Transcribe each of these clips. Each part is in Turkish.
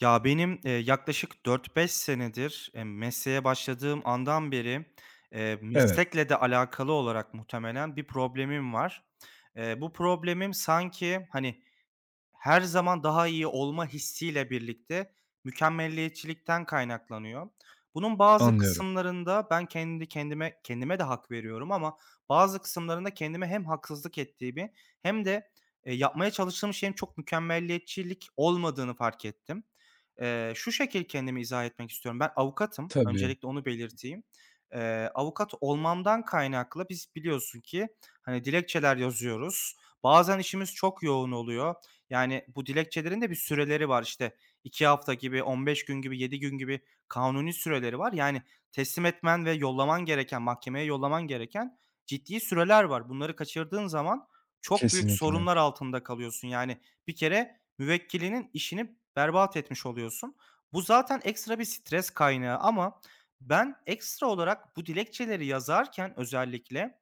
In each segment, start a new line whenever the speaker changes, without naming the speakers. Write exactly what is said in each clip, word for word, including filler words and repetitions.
Ya, benim, eee, yaklaşık dört beş senedir, eee, mesleğe başladığım andan beri, eee,
Evet,
meslekle de alakalı olarak muhtemelen bir problemim var. Eee, bu problemim sanki, hani, her zaman daha iyi olma hissiyle birlikte mükemmelliyetçilikten kaynaklanıyor. Bunun bazı
anlıyorum.
kısımlarında ben kendi kendime kendime de hak veriyorum ama bazı kısımlarında kendime hem haksızlık ettiğimi hem de, eee, yapmaya çalıştığım şeyin çok mükemmelliyetçilik olmadığını fark ettim. Eee, şu şekil kendimi izah etmek istiyorum. Ben avukatım.
Tabii,
Öncelikle onu belirteyim. Eee, avukat olmamdan kaynaklı biz biliyorsun ki, hani, dilekçeler yazıyoruz. Bazen işimiz çok yoğun oluyor. Yani bu dilekçelerin de bir süreleri var. İşte iki hafta gibi, on beş gün gibi, yedi gün gibi kanuni süreleri var. Yani teslim etmen ve yollaman gereken, mahkemeye yollaman gereken ciddi süreler var. Bunları kaçırdığın zaman çok büyük
kesinlikle.
sorunlar altında kalıyorsun. Yani bir kere müvekkilinin işini berbat etmiş oluyorsun. Bu zaten ekstra bir stres kaynağı ama ben ekstra olarak bu dilekçeleri yazarken özellikle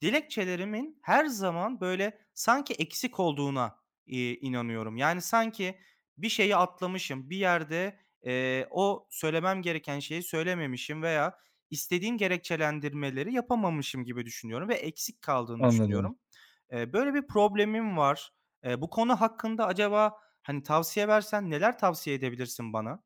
dilekçelerimin her zaman böyle sanki eksik olduğuna İii, inanıyorum. Yani sanki bir şeyi atlamışım, bir yerde, eee, o söylemem gereken şeyi söylememişim veya istediğim gerekçelendirmeleri yapamamışım gibi düşünüyorum ve eksik kaldığını
Anladım.
düşünüyorum. Eee, böyle bir problemim var. Eee, bu konu hakkında acaba, hani, tavsiye versen neler tavsiye edebilirsin bana?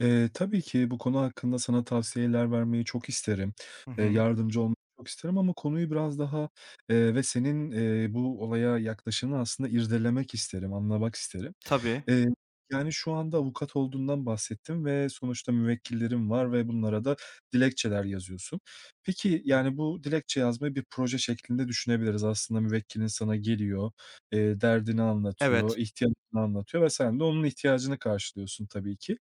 Eee, tabii ki bu konu hakkında sana tavsiyeler vermeyi çok isterim.
Hı
Eee,
hı.
yardımcı olmayı çok isterim ama konuyu biraz daha, eee, ve senin, eee, bu olaya yaklaşımını aslında irdelemek isterim, anlamak isterim.
Tabii.
Eee, yani, şu anda avukat olduğundan bahsettim ve sonuçta müvekkillerim var ve bunlara da dilekçeler yazıyorsun. Peki, yani, bu dilekçe yazmayı bir proje şeklinde düşünebiliriz. Aslında müvekkilin sana geliyor, eee, derdini anlatıyor,
Evet.
ihtiyacını anlatıyor ve sen de onun ihtiyacını karşılıyorsun tabii ki.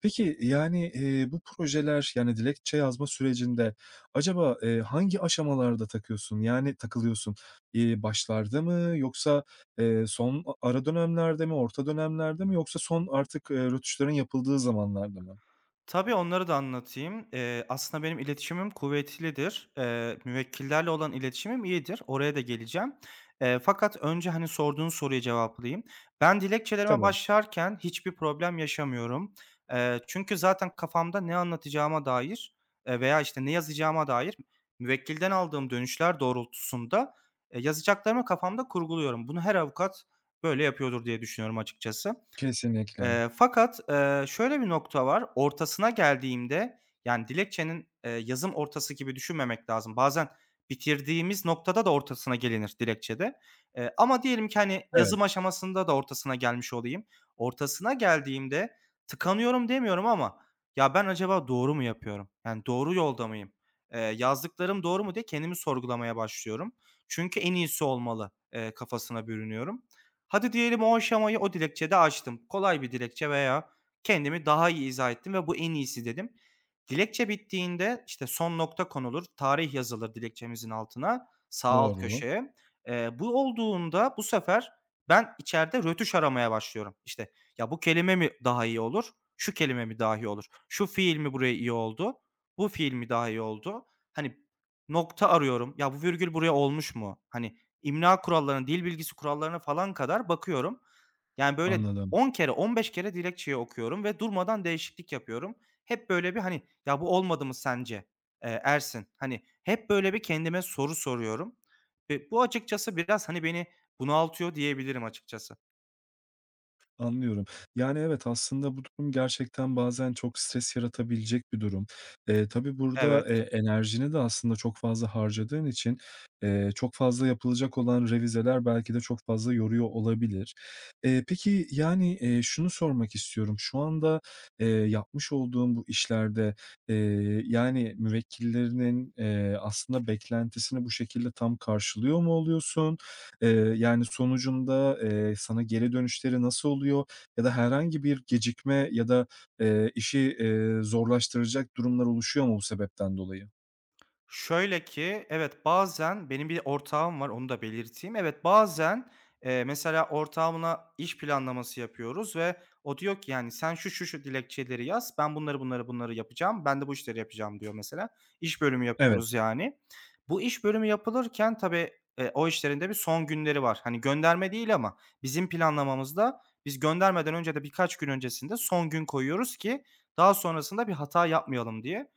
Peki, yani, eee, bu projeler, yani, dilekçe yazma sürecinde acaba, eee, hangi aşamalarda takıyorsun? Yani, takılıyorsun? İii, başlarda mı yoksa, eee, son a ara dönemlerde mi, orta dönemlerde mi yoksa son artık, eee, rötuşların yapıldığı zamanlarda mı?
Tabii, onları da anlatayım. Eee, aslında benim iletişimim kuvvetlidir. Eee, müvekkillerle olan iletişimim iyidir. Oraya da geleceğim. Eee, fakat önce, hani, sorduğun soruyu cevaplayayım. Ben dilekçelerime
Tabii.
başlarken hiçbir problem yaşamıyorum. Eee, çünkü zaten kafamda ne anlatacağıma dair, eee, veya, işte, ne yazacağıma dair müvekkilden aldığım dönüşler doğrultusunda, eee, yazacaklarımı kafamda kurguluyorum. Bunu her avukat böyle yapıyordur diye düşünüyorum açıkçası.
Kesinlikle.
Eee, fakat, eee, şöyle bir nokta var, ortasına geldiğimde, yani, dilekçenin, eee, yazım ortası gibi düşünmemek lazım. Bazen bitirdiğimiz noktada da ortasına gelinir dilekçede. Eee, ama diyelim ki, hani,
Evet,
yazım aşamasında da ortasına gelmiş olayım. Ortasına geldiğimde tıkanıyorum demiyorum ama "Ya, ben acaba doğru mu yapıyorum? Yani, doğru yolda mıyım? Eee, yazdıklarım doğru mu?" diye kendimi sorgulamaya başlıyorum. Çünkü en iyisi olmalı, eee, kafasına bürünüyorum. Hadi diyelim o aşamayı o dilekçede açtım. Kolay bir dilekçe veya kendimi daha iyi izah ettim ve bu en iyisi dedim. Dilekçe bittiğinde, işte, son nokta konulur, tarih yazılır dilekçemizin altına, sağ alt
doğru.
köşeye. Eee, bu olduğunda bu sefer ben içeride rötuş aramaya başlıyorum. İşte, ya, bu kelime mi daha iyi olur, şu kelime mi daha iyi olur, şu fiil mi buraya iyi oldu, bu fiil mi daha iyi oldu? Hani, nokta arıyorum. Ya, bu virgül buraya olmuş mu? Hani, İmla kurallarına, dil bilgisi kurallarına falan kadar bakıyorum. Yani, böyle
Anladım.
on kere, on beş kere dilekçeyi okuyorum ve durmadan değişiklik yapıyorum. Hep böyle bir, hani, "Ya, bu olmadı mı sence, eee, Ersin?" Hani, hep böyle bir kendime soru soruyorum. Eee, bu açıkçası biraz, hani, beni bunaltıyor diyebilirim açıkçası.
Anlıyorum. Yani, evet, aslında bu durum gerçekten bazen çok stres yaratabilecek bir durum. Eee, tabii burada, eee,
Evet.
enerjini de aslında çok fazla harcadığın için, eee, çok fazla yapılacak olan revizeler belki de çok fazla yoruyor olabilir. Eee, peki, yani, eee, şunu sormak istiyorum. Şu anda, eee, yapmış olduğun bu işlerde, eee, yani, müvekkillerinin, eee, aslında beklentisini bu şekilde tam karşılıyor mu oluyorsun? Eee, yani, sonucunda, eee, sana geri dönüşleri nasıl oluyor ya da herhangi bir gecikme ya da, eee, işi, eee, zorlaştıracak durumlar oluşuyor mu bu sebepten dolayı?
Şöyle ki, evet, bazen benim bir ortağım var, onu da belirteyim. Evet, bazen, eee, mesela ortağımla iş planlaması yapıyoruz ve o diyor ki, yani, "Sen şu, şu, şu dilekçeleri yaz, ben bunları, bunları, bunları yapacağım, ben de bu işleri yapacağım." diyor mesela. İş bölümü
Evet,
yapıyoruz, yani. Bu iş bölümü yapılırken tabii, eee, o işlerinde bir son günleri var. Hani, gönderme değil ama bizim planlamamızda biz göndermeden önce de birkaç gün öncesinde son gün koyuyoruz ki daha sonrasında bir hata yapmayalım diye.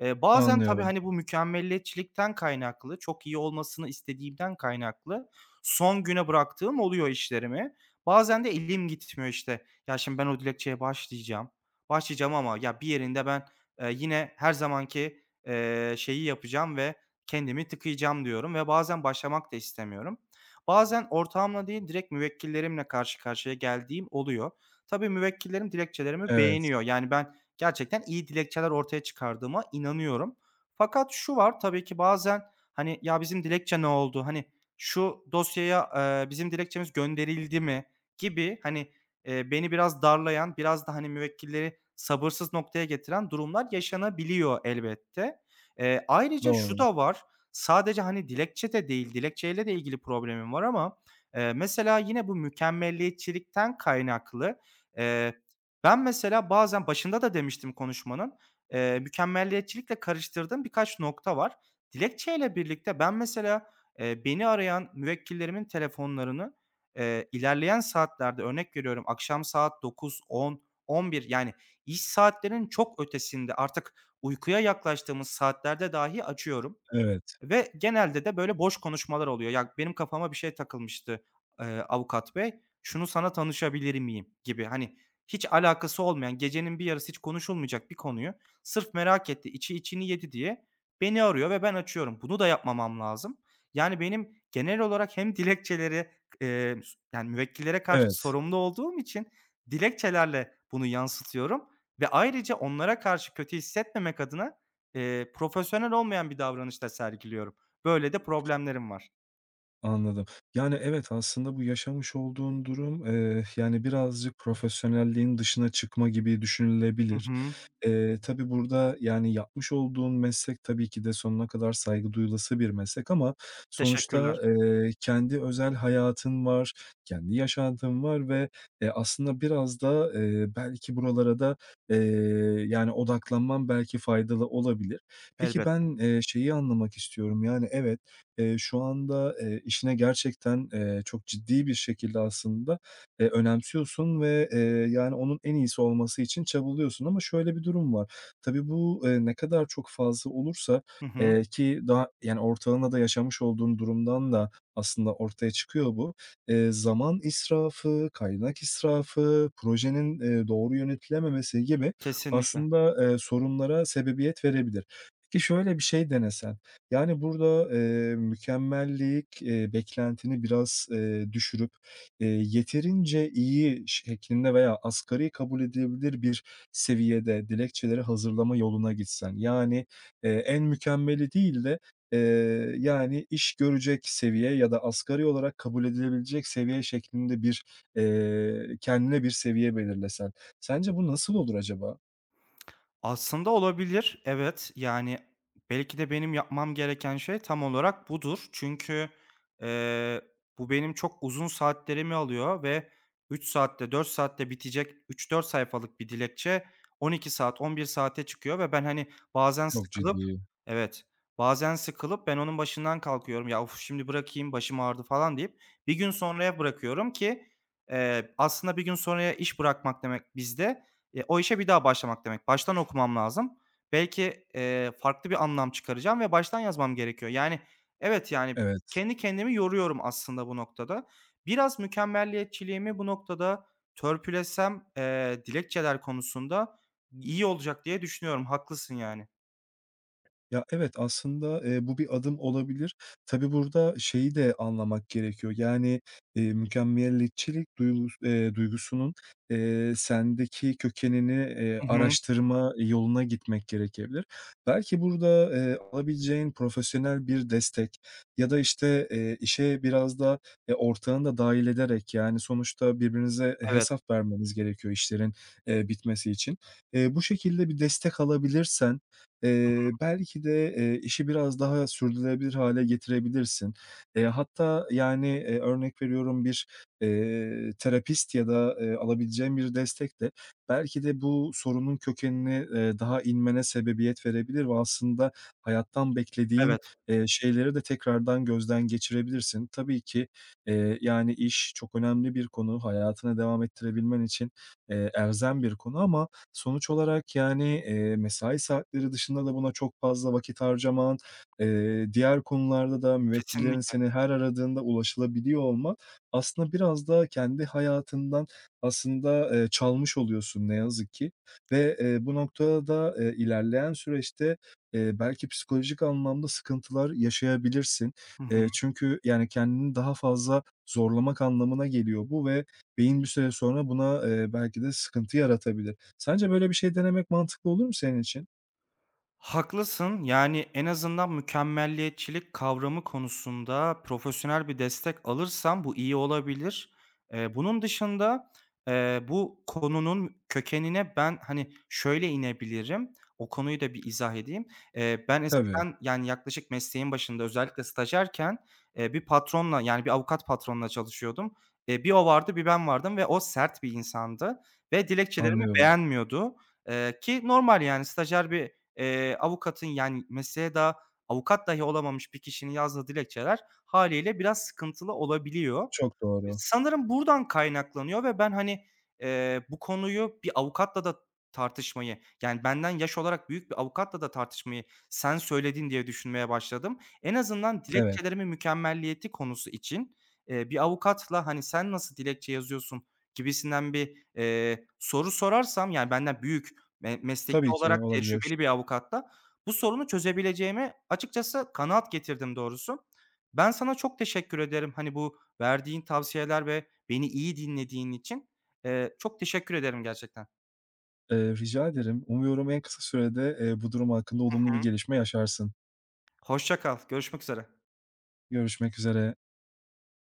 Eee, bazen tabii,
anlıyorum.
hani, bu mükemmeliyetçilikten kaynaklı, çok iyi olmasını istediğimden kaynaklı son güne bıraktığım oluyor işlerimi. Bazen de elim gitmiyor işte. Ya, şimdi ben o dilekçeye başlayacağım, başlayacağım ama ya bir yerinde ben, eee, yine her zamanki, eee, şeyi yapacağım ve kendimi tıkayacağım diyorum ve bazen başlamak da istemiyorum. Bazen ortağımla değil, direkt müvekkillerimle karşı karşıya geldiğim oluyor. Tabii müvekkillerim dilekçelerimi
Evet,
beğeniyor. Yani ben gerçekten iyi dilekçeler ortaya çıkardığıma inanıyorum. Fakat şu var, tabii ki bazen, hani, "Ya, bizim dilekçe ne oldu?", hani, "Şu dosyaya, eee, bizim dilekçemiz gönderildi mi?" gibi, hani, eee, beni biraz darlayan, biraz da, hani, müvekkilleri sabırsız noktaya getiren durumlar yaşanabiliyor elbette. Eee, ayrıca şu
doğru.
da var, sadece, hani, dilekçe de değil, dilekçeyle de ilgili problemim var ama, eee, mesela yine bu mükemmeliyetçilikten kaynaklı, eee, ben mesela bazen başında da demiştim konuşmanın, eee, mükemmeliyetçilikle karıştırdığım birkaç nokta var. Dilekçeyle birlikte ben mesela, eee, beni arayan müvekkillerimin telefonlarını, eee, ilerleyen saatlerde örnek veriyorum akşam saat dokuz, on, on bir, yani iş saatlerinin çok ötesinde artık uykuya yaklaştığımız saatlerde dahi açıyorum.
Evet,
Ve genelde de böyle boş konuşmalar oluyor. Ya, benim kafama bir şey takılmıştı, eee, avukat bey, şunu sana tanışabilir miyim gibi. Hani hiç alakası olmayan, gecenin bir yarısı hiç konuşulmayacak bir konuyu sırf merak etti, içi içini yedi diye beni arıyor ve ben açıyorum. Bunu da yapmamam lazım. Yani benim genel olarak hem dilekçeleri, eee, yani müvekkillere karşı
evet.
sorumlu olduğum için dilekçelerle bunu yansıtıyorum ve ayrıca onlara karşı kötü hissetmemek adına Eee, profesyonel olmayan bir davranış da sergiliyorum. Böyle de problemlerim var.
Anladım. Yani, evet, aslında bu yaşamış olduğun durum, eee, yani, birazcık profesyonelliğin dışına çıkma gibi
Hı
düşünülebilir.
hı.
Eee, tabii burada, yani, yapmış olduğun meslek tabii ki de sonuna kadar saygı duyulası bir meslek ama
Teşekkürler.
sonuçta, eee, kendi özel hayatın var, kendi yaşantın var ve, eee, aslında biraz da, eee, belki buralara da, eee, yani, odaklanman belki faydalı olabilir. Peki
Elbette.
ben, eee, şeyi anlamak istiyorum, yani, evet. Eee, şu anda, eee, işine gerçekten, eee, çok ciddi bir şekilde aslında, eee, önemsiyorsun ve, eee, yani, onun en iyisi olması için çabalıyorsun ama şöyle bir durum var. Tabii bu, eee, ne kadar çok fazla olursa,
Hı hı.
eee, ki daha, yani, ortalığında da yaşamış olduğun durumdan da aslında ortaya çıkıyor bu. Eee, zaman israfı, kaynak israfı, projenin, eee, doğru yönetilememesi gibi
Kesinlikle.
aslında, eee, sorunlara sebebiyet verebilir. Peki şöyle bir şey denesen, yani, burada, eee, mükemmellik, eee, beklentini biraz, eee, düşürüp, eee, yeterince iyi şeklinde veya asgari kabul edilebilir bir seviyede dilekçeleri hazırlama yoluna gitsen, yani, eee, en mükemmeli değil de, eee, yani, iş görecek seviye ya da asgari olarak kabul edilebilecek seviye şeklinde bir, eee, kendine bir seviye belirlesen. Sence bu nasıl olur acaba?
Aslında olabilir. Evet, yani, belki de benim yapmam gereken şey tam olarak budur. Çünkü, eee, bu benim çok uzun saatlerimi alıyor ve üç saatte, dört saatte bitecek üç dört sayfalık bir dilekçe on iki saat, on bir saate çıkıyor ve ben, hani, bazen
Çok
sıkılıp.
ciddi.
Evet, bazen sıkılıp ben onun başından kalkıyorum. "Ya, of, şimdi bırakayım, başım ağrıdı." falan deyip bir gün sonraya bırakıyorum ki, eee, aslında bir gün sonraya iş bırakmak demek bizde Eee, o işe bir daha başlamak demek. Baştan okumam lazım. Belki, eee, farklı bir anlam çıkaracağım ve baştan yazmam gerekiyor. Yani, evet, yani,
Evet.
kendi kendimi yoruyorum aslında bu noktada. Biraz mükemmelliyetçiliğimi bu noktada törpülesem, eee, dilekçeler konusunda iyi olacak diye düşünüyorum. Haklısın yani.
Ya, evet, aslında, eee, bu bir adım olabilir. Tabii burada şeyi de anlamak gerekiyor. Yani, eee, mükemmeliyetçilik duygus eee, duygusunun, eee, sendeki kökenini, eee,
Hı hı.
araştırma yoluna gitmek gerekebilir. Belki burada, eee, alabileceğin profesyonel bir destek ya da, işte, eee, işe biraz da, eee, ortağını da dahil ederek, yani, sonuçta birbirinize
Evet,
hesap vermeniz gerekiyor işlerin, eee, bitmesi için. Eee, bu şekilde bir destek alabilirsen, Eee, belki de, eee, işi biraz daha sürdürülebilir hale getirebilirsin. Eee, hatta, yani, eee, örnek veriyorum bir, eee, terapist ya da, eee, alabileceğin bir destek de belki de bu sorunun kökenini eee, daha inmene sebebiyet verebilir ve aslında hayattan beklediğin,
evet.
eee, şeyleri de tekrardan gözden geçirebilirsin. Tabii ki, eee, yani, iş çok önemli bir konu, hayatını devam ettirebilmen için, eee, elzem bir konu ama sonuç olarak, yani, eee, mesai saatleri dışında da buna çok fazla vakit harcaman, eee, diğer konularda da müvekkillerin
Kesinlikle.
seni her aradığında ulaşılabiliyor olman aslında biraz da kendi hayatından aslında, eee, çalmış oluyorsun ne yazık ki ve, eee, bu noktada da, eee, ilerleyen süreçte, eee, belki psikolojik anlamda sıkıntılar yaşayabilirsin.
Hı hı.
Eee, çünkü, yani, kendini daha fazla zorlamak anlamına geliyor bu ve beyin bir süre sonra buna, eee, belki de sıkıntı yaratabilir. Sence böyle bir şey denemek mantıklı olur mu senin için?
Haklısın. Yani en azından mükemmelliyetçilik kavramı konusunda profesyonel bir destek alırsam bu iyi olabilir. Eee, bunun dışında, eee, bu konunun kökenine ben, hani, şöyle inebilirim. O konuyu da bir izah edeyim. Eee, ben
Tabii,
eskiden, yani, yaklaşık mesleğin başında özellikle stajyerken, eee, bir patronla, yani, bir avukat patronla çalışıyordum. Eee, bir o vardı, bir ben vardım ve o sert bir insandı ve dilekçelerimi
anlıyorum.
beğenmiyordu. Eee, ki normal, yani, stajyer bir Eee, avukatın, yani, mesleğe daha avukat dahi olamamış bir kişinin yazdığı dilekçeler haliyle biraz sıkıntılı olabiliyor.
Çok doğru.
Sanırım buradan kaynaklanıyor ve ben, hani, eee, bu konuyu bir avukatla da tartışmayı, yani, benden yaş olarak büyük bir avukatla da tartışmayı sen söyledin diye düşünmeye başladım. En azından
Evet,
dilekçelerimin mükemmelliyeti konusu için, eee, bir avukatla, hani, "Sen nasıl dilekçe yazıyorsun?" gibisinden bir, eee, soru sorarsam, yani, benden büyük, me mesleki
tabii ki
olarak
olabilir.
tecrübeli bir avukatla bu sorunu çözebileceğime açıkçası kanaat getirdim doğrusu. Ben sana çok teşekkür ederim. Hani, bu verdiğin tavsiyeler ve beni iyi dinlediğin için, eee, çok teşekkür ederim gerçekten.
Eee, rica ederim. Umuyorum en kısa sürede, eee, bu durum hakkında olumlu
Hı
bir
hı.
gelişme yaşarsın.
Hoşça kal, görüşmek üzere.
Görüşmek üzere.